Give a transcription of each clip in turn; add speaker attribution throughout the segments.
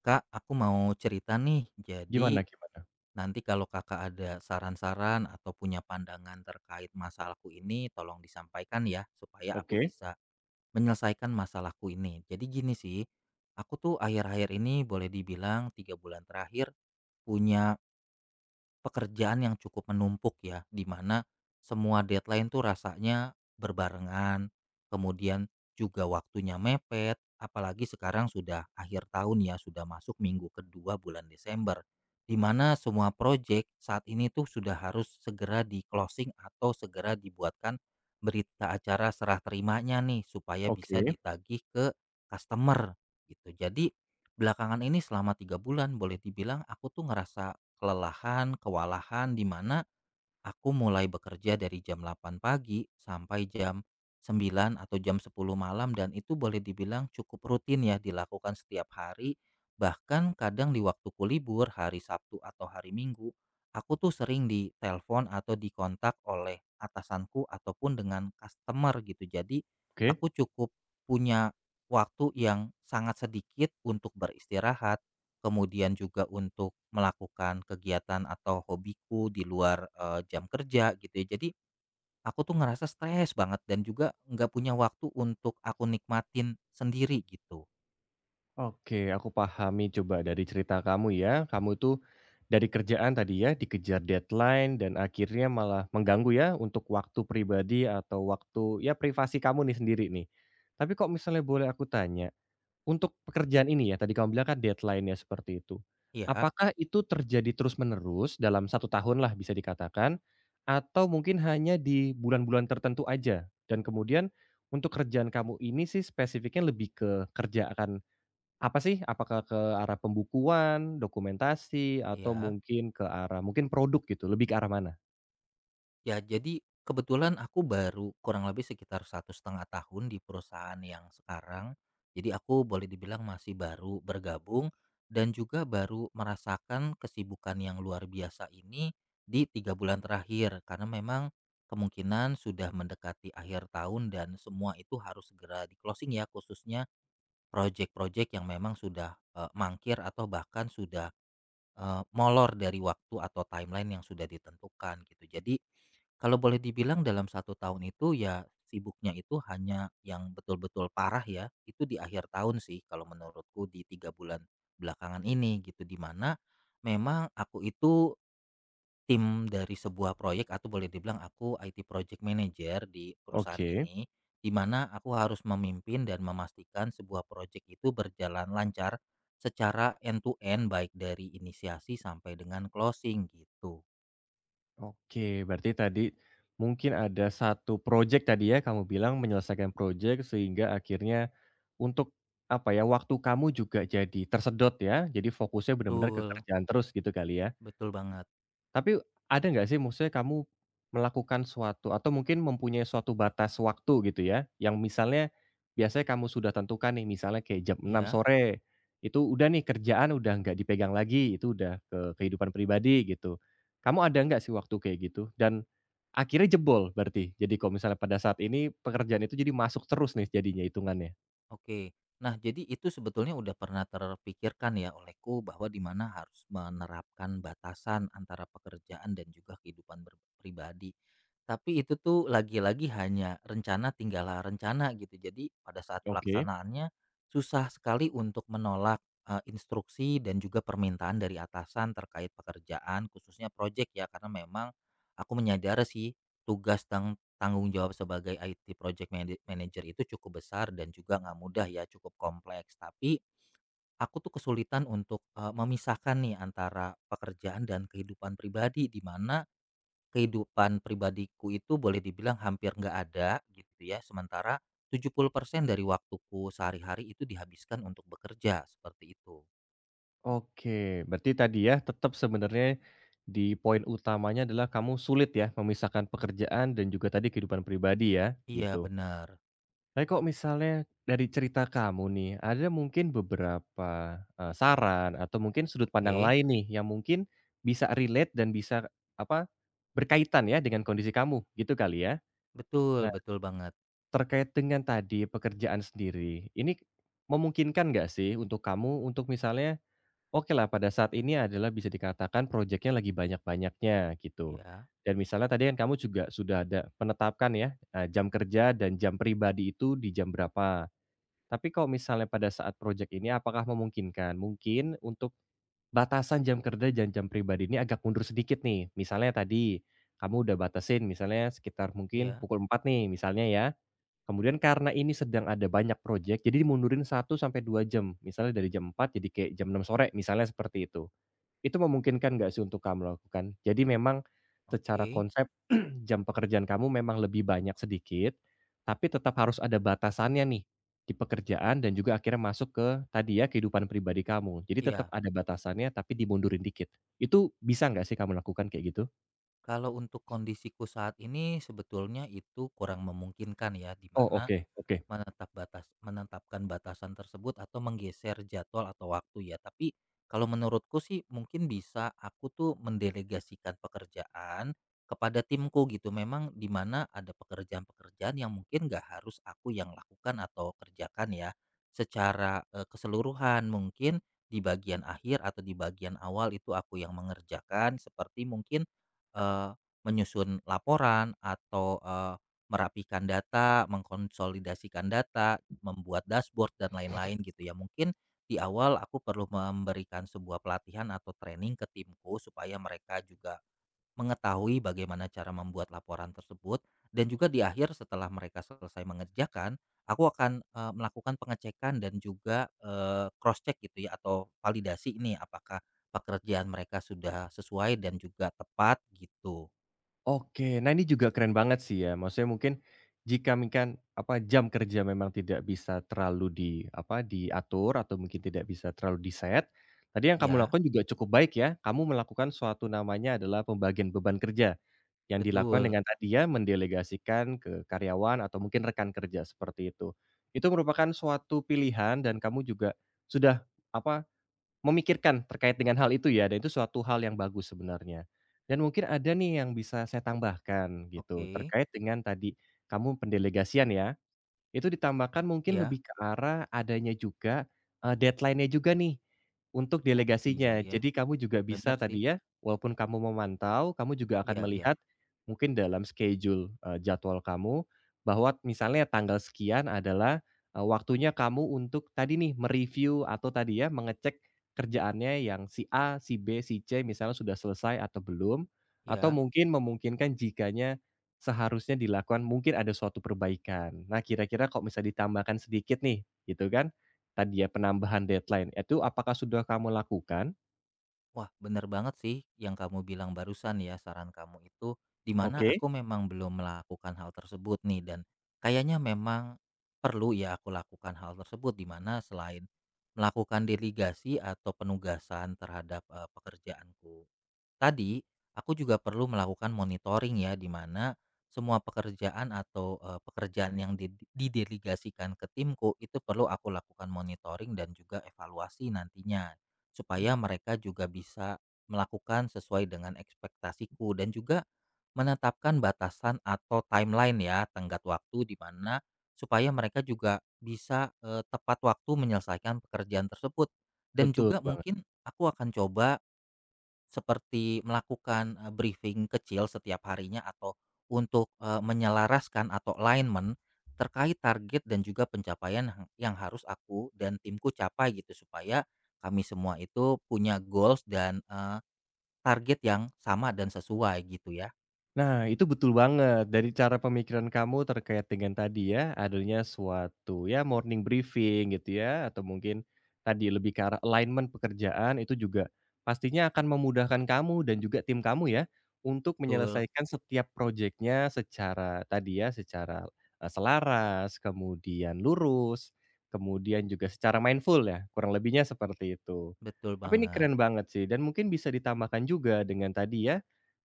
Speaker 1: Kak, aku mau cerita nih. Jadi
Speaker 2: Gimana gimana?
Speaker 1: nanti kalau kakak ada saran-saran atau punya pandangan terkait masalahku ini, tolong disampaikan ya supaya aku
Speaker 2: Oke
Speaker 1: bisa menyelesaikan masalahku ini. Jadi gini sih, aku tuh akhir-akhir ini boleh dibilang 3 bulan terakhir punya pekerjaan yang cukup menumpuk ya, di mana semua deadline tuh rasanya berbarengan, kemudian juga waktunya mepet, apalagi sekarang sudah akhir tahun ya, sudah masuk minggu kedua bulan Desember, di mana semua proyek saat ini tuh sudah harus segera di closing atau segera dibuatkan berita acara serah terimanya nih, supaya bisa
Speaker 2: oke
Speaker 1: ditagih ke customer gitu. Jadi belakangan ini selama 3 bulan boleh dibilang aku tuh ngerasa kelelahan, kewalahan di mana aku mulai bekerja dari jam 8 pagi sampai jam 9 atau jam 10 malam dan itu boleh dibilang cukup rutin ya dilakukan setiap hari bahkan kadang di waktuku libur hari Sabtu atau hari Minggu aku tuh sering ditelepon atau dikontak oleh atasanku ataupun dengan customer gitu jadi
Speaker 2: oke
Speaker 1: aku cukup punya waktu yang sangat sedikit untuk beristirahat kemudian juga untuk melakukan kegiatan atau hobiku di luar, jam kerja gitu ya. Jadi aku tuh ngerasa stres banget dan juga nggak punya waktu untuk aku nikmatin sendiri gitu.
Speaker 2: oke, aku pahami coba dari cerita kamu ya, kamu tuh dari kerjaan tadi ya, dikejar deadline dan akhirnya malah mengganggu ya untuk waktu pribadi atau waktu ya privasi kamu nih sendiri nih. Tapi kok misalnya boleh aku tanya, untuk pekerjaan ini ya, tadi kamu bilang kan deadline-nya seperti itu.
Speaker 1: Iya,
Speaker 2: Apakah itu terjadi terus-menerus dalam satu tahun lah bisa dikatakan, atau mungkin hanya di bulan-bulan tertentu aja? Dan kemudian untuk kerjaan kamu ini sih spesifiknya lebih ke kerjaan apa sih? Apakah ke arah pembukuan, dokumentasi, atau
Speaker 1: iya.
Speaker 2: mungkin ke arah mungkin produk gitu, lebih ke arah mana?
Speaker 1: Ya, jadi kebetulan aku baru kurang lebih sekitar 1,5 tahun di perusahaan yang sekarang. Jadi aku boleh dibilang masih baru bergabung dan juga baru merasakan kesibukan yang luar biasa ini di 3 bulan terakhir karena memang kemungkinan sudah mendekati akhir tahun dan semua itu harus segera di closing ya khususnya proyek-proyek yang memang sudah mangkir atau bahkan sudah molor dari waktu atau timeline yang sudah ditentukan gitu. Jadi, kalau boleh dibilang dalam satu tahun itu ya sibuknya itu hanya yang betul-betul parah ya, itu di akhir tahun sih kalau menurutku di 3 bulan belakangan ini gitu, di mana memang aku itu tim dari sebuah proyek atau boleh dibilang aku IT project manager di perusahaan
Speaker 2: Oke,
Speaker 1: ini, di mana aku harus memimpin dan memastikan sebuah proyek itu berjalan lancar secara end to end baik dari inisiasi sampai dengan closing gitu.
Speaker 2: oke. Berarti tadi mungkin ada satu project tadi ya, kamu bilang menyelesaikan project sehingga akhirnya untuk, apa ya, waktu kamu juga jadi tersedot ya, jadi fokusnya benar-benar ke
Speaker 1: Betul,
Speaker 2: kerjaan terus gitu kali ya.
Speaker 1: betul banget.
Speaker 2: Tapi ada nggak sih maksudnya kamu melakukan suatu atau mungkin mempunyai suatu batas waktu gitu ya, yang misalnya biasanya kamu sudah tentukan nih misalnya kayak jam enam
Speaker 1: Iya.
Speaker 2: sore, itu udah nih kerjaan udah nggak dipegang lagi, itu udah ke kehidupan pribadi gitu. Kamu ada nggak sih waktu kayak gitu? Dan akhirnya jebol berarti? Jadi kalau misalnya pada saat ini pekerjaan itu jadi masuk terus nih jadinya hitungannya?
Speaker 1: Oke. Nah, jadi itu sebetulnya udah pernah terpikirkan ya olehku bahwa di mana harus menerapkan batasan antara pekerjaan dan juga kehidupan pribadi. Tapi itu tuh lagi-lagi hanya rencana tinggallah rencana gitu. Jadi pada saat
Speaker 2: Oke.
Speaker 1: pelaksanaannya susah sekali untuk menolak instruksi dan juga permintaan dari atasan terkait pekerjaan khususnya proyek ya karena memang aku menyadari sih tugas dan tanggung jawab sebagai IT project manager itu cukup besar dan juga nggak mudah ya, cukup kompleks. Tapi aku tuh kesulitan untuk, memisahkan nih antara pekerjaan dan kehidupan pribadi, di mana kehidupan pribadiku itu boleh dibilang hampir nggak ada gitu ya, sementara 70% dari waktuku sehari-hari itu dihabiskan untuk bekerja, seperti itu.
Speaker 2: Oke, berarti tadi ya tetap sebenarnya di poin utamanya adalah kamu sulit ya memisahkan pekerjaan dan juga tadi kehidupan pribadi ya,
Speaker 1: Iya,
Speaker 2: gitu.
Speaker 1: benar.
Speaker 2: Tapi kok misalnya dari cerita kamu nih, ada mungkin beberapa, saran atau mungkin sudut pandang
Speaker 1: Oke.
Speaker 2: lain nih yang mungkin bisa relate dan bisa apa, berkaitan ya dengan kondisi kamu, gitu kali ya?
Speaker 1: Betul,
Speaker 2: Nah,
Speaker 1: betul banget.
Speaker 2: terkait dengan tadi pekerjaan sendiri, ini memungkinkan nggak sih untuk kamu untuk misalnya oke lah pada saat ini adalah bisa dikatakan proyeknya lagi banyak-banyaknya gitu.
Speaker 1: Iya,
Speaker 2: Dan misalnya tadi kan kamu juga sudah ada penetapkan ya, jam kerja dan jam pribadi itu di jam berapa. Tapi kalau misalnya pada saat proyek ini apakah memungkinkan? Mungkin untuk batasan jam kerja dan jam pribadi ini agak mundur sedikit nih. Misalnya tadi kamu udah batasin misalnya sekitar mungkin
Speaker 1: iya.
Speaker 2: pukul empat nih misalnya ya. Kemudian karena ini sedang ada banyak proyek jadi dimundurin satu sampai 2 jam. Misalnya dari jam empat jadi kayak jam enam sore misalnya seperti itu. Itu memungkinkan nggak sih untuk kamu lakukan? Jadi memang secara
Speaker 1: Oke.
Speaker 2: konsep jam pekerjaan kamu memang lebih banyak sedikit, tapi tetap harus ada batasannya nih, di pekerjaan dan juga akhirnya masuk ke tadi ya kehidupan pribadi kamu. Jadi tetap
Speaker 1: Iya.
Speaker 2: ada batasannya tapi dimundurin dikit. Itu bisa nggak sih kamu lakukan kayak gitu?
Speaker 1: Kalau untuk kondisiku saat ini sebetulnya itu kurang memungkinkan ya, di
Speaker 2: Oh,
Speaker 1: mana,
Speaker 2: oke oke.
Speaker 1: Menetapkan batasan tersebut atau menggeser jadwal atau waktu ya, tapi kalau menurutku sih mungkin bisa aku tuh mendelegasikan pekerjaan kepada timku gitu. Memang di mana ada pekerjaan-pekerjaan yang mungkin nggak harus aku yang lakukan atau kerjakan ya. Secara keseluruhan mungkin di bagian akhir atau di bagian awal itu aku yang mengerjakan seperti mungkin eh, menyusun laporan atau merapikan data, mengkonsolidasikan data, membuat dashboard dan lain-lain gitu ya. Mungkin di awal aku perlu memberikan sebuah pelatihan atau training ke timku supaya mereka juga mengetahui bagaimana cara membuat laporan tersebut dan juga di akhir setelah mereka selesai mengerjakan, aku akan melakukan pengecekan dan juga cross check gitu ya atau validasi ini apakah pekerjaan mereka sudah sesuai dan juga tepat gitu.
Speaker 2: Oke, nah ini juga keren banget sih ya. Maksudnya mungkin jika mungkin apa, jam kerja memang tidak bisa terlalu di apa, diatur atau mungkin tidak bisa terlalu di-set, tadi yang kamu
Speaker 1: Ya,
Speaker 2: lakukan juga cukup baik ya. Kamu melakukan suatu namanya adalah pembagian beban kerja, yang dilakukan
Speaker 1: betul.
Speaker 2: dengan tadi ya mendelegasikan ke karyawan atau mungkin rekan kerja seperti itu. Itu merupakan suatu pilihan dan kamu juga sudah apa, memikirkan terkait dengan hal itu ya, dan itu suatu hal yang bagus sebenarnya. Dan mungkin ada nih yang bisa saya tambahkan gitu,
Speaker 1: Oke.
Speaker 2: terkait dengan tadi kamu pendelegasian ya, itu ditambahkan mungkin
Speaker 1: Ya.
Speaker 2: lebih ke arah adanya juga, deadline-nya juga nih, untuk
Speaker 1: Oh, iya
Speaker 2: delegasinya.
Speaker 1: ya,
Speaker 2: Jadi kamu juga
Speaker 1: bener
Speaker 2: bisa
Speaker 1: sih.
Speaker 2: tadi ya, walaupun kamu memantau, kamu juga akan
Speaker 1: Iya, iya.
Speaker 2: melihat mungkin dalam schedule, jadwal kamu, bahwa misalnya tanggal sekian adalah, waktunya kamu untuk tadi nih, mereview atau tadi ya, mengecek kerjaannya yang si A, si B, si C misalnya sudah selesai atau belum, atau
Speaker 1: Iya.
Speaker 2: mungkin memungkinkan jikanya seharusnya dilakukan mungkin ada suatu perbaikan. Nah, kira-kira kalau misalnya ditambahkan sedikit nih, gitu kan, tadi ya penambahan deadline, itu apakah sudah kamu lakukan?
Speaker 1: Wah, bener banget sih yang kamu bilang barusan ya, saran kamu itu, dimana
Speaker 2: Oke,
Speaker 1: aku memang belum melakukan hal tersebut nih dan kayaknya memang perlu ya aku lakukan hal tersebut, dimana selain melakukan delegasi atau penugasan terhadap, pekerjaanku tadi, aku juga perlu melakukan monitoring ya, di mana semua pekerjaan atau pekerjaan yang didelegasikan ke timku itu perlu aku lakukan monitoring dan juga evaluasi nantinya supaya mereka juga bisa melakukan sesuai dengan ekspektasiku dan juga menetapkan batasan atau timeline ya, tenggat waktu di mana supaya mereka juga bisa tepat waktu menyelesaikan pekerjaan tersebut dan
Speaker 2: betul
Speaker 1: juga
Speaker 2: banget.
Speaker 1: mungkin aku akan coba seperti melakukan, briefing kecil setiap harinya atau untuk, menyelaraskan atau alignment terkait target dan juga pencapaian yang harus aku dan timku capai gitu supaya kami semua itu punya goals dan, target yang sama dan sesuai gitu ya.
Speaker 2: Nah, itu betul banget. Dari cara pemikiran kamu terkait dengan tadi ya, adanya suatu ya morning briefing gitu ya, atau mungkin tadi lebih ke arah alignment pekerjaan itu juga pastinya akan memudahkan kamu dan juga tim kamu ya untuk
Speaker 1: Betul,
Speaker 2: menyelesaikan setiap proyeknya secara tadi ya, secara eh, selaras, kemudian lurus, kemudian juga secara mindful ya, kurang lebihnya seperti itu.
Speaker 1: betul
Speaker 2: Tapi ini
Speaker 1: banget.
Speaker 2: keren banget sih dan mungkin bisa ditambahkan juga dengan tadi ya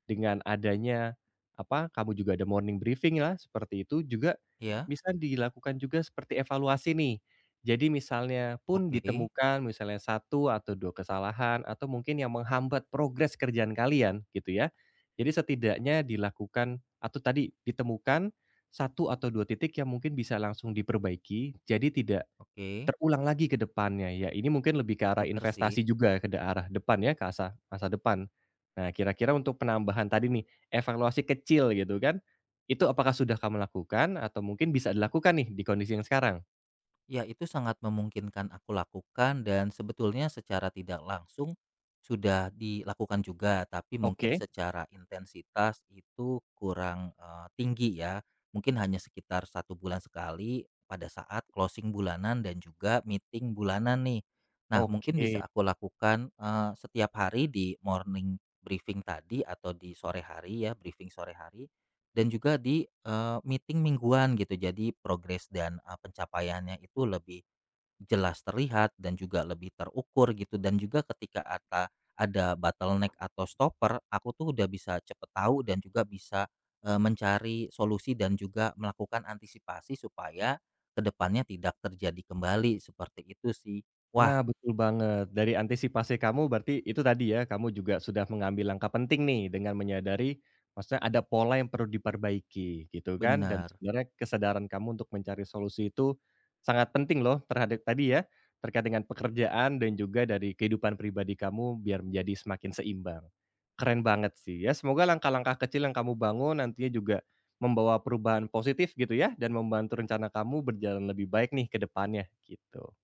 Speaker 2: dengan adanya, apa, kamu juga ada morning briefing-lah seperti itu juga
Speaker 1: Ya,
Speaker 2: bisa dilakukan juga seperti evaluasi nih. Jadi misalnya pun
Speaker 1: oke,
Speaker 2: ditemukan misalnya satu atau 2 kesalahan atau mungkin yang menghambat progres kerjaan kalian gitu ya. Jadi setidaknya dilakukan atau tadi ditemukan satu atau 2 titik yang mungkin bisa langsung diperbaiki, jadi tidak
Speaker 1: oke,
Speaker 2: terulang lagi ke depannya, ya ini mungkin lebih ke arah
Speaker 1: bener sih.
Speaker 2: investasi juga ke de arah depan ya, ke asa masa depan. Nah, kira-kira untuk penambahan tadi nih, evaluasi kecil gitu kan, itu apakah sudah kamu lakukan atau mungkin bisa dilakukan nih di kondisi yang sekarang?
Speaker 1: Ya, itu sangat memungkinkan aku lakukan dan sebetulnya secara tidak langsung sudah dilakukan juga, tapi mungkin
Speaker 2: Oke,
Speaker 1: secara intensitas itu kurang tinggi ya. Mungkin hanya sekitar satu bulan sekali pada saat closing bulanan dan juga meeting bulanan nih. Nah, mungkin
Speaker 2: oke.
Speaker 1: bisa aku lakukan setiap hari di morning briefing tadi atau di sore hari ya, briefing sore hari dan juga di, meeting mingguan gitu. Jadi progres dan, pencapaiannya itu lebih jelas terlihat dan juga lebih terukur gitu dan juga ketika ada bottleneck atau stopper, aku tuh udah bisa cepet tahu dan juga bisa, mencari solusi dan juga melakukan antisipasi supaya kedepannya tidak terjadi kembali, seperti itu sih. Wah,
Speaker 2: Nah, betul banget. Dari antisipasi kamu berarti itu tadi ya, kamu juga sudah mengambil langkah penting nih dengan menyadari maksudnya ada pola yang perlu diperbaiki gitu kan dan
Speaker 1: bener.
Speaker 2: sebenarnya kesadaran kamu untuk mencari solusi itu sangat penting loh terhadap tadi ya, terkait dengan pekerjaan dan juga dari kehidupan pribadi kamu biar menjadi semakin seimbang. Keren banget sih ya. Semoga langkah-langkah kecil yang kamu bangun nantinya juga membawa perubahan positif gitu ya dan membantu rencana kamu berjalan lebih baik nih ke depannya gitu.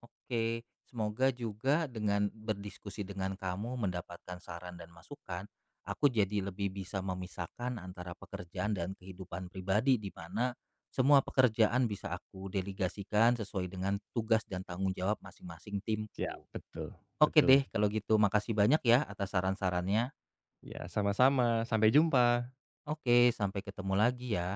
Speaker 1: Oke, semoga juga dengan berdiskusi dengan kamu mendapatkan saran dan masukan, aku jadi lebih bisa memisahkan antara pekerjaan dan kehidupan pribadi di mana semua pekerjaan bisa aku delegasikan sesuai dengan tugas dan tanggung jawab masing-masing
Speaker 2: Ya
Speaker 1: timku.
Speaker 2: betul
Speaker 1: Oke
Speaker 2: betul.
Speaker 1: deh, kalau gitu makasih banyak ya atas saran-sarannya.
Speaker 2: Ya sama-sama, sampai jumpa.
Speaker 1: Oke, sampai ketemu lagi ya.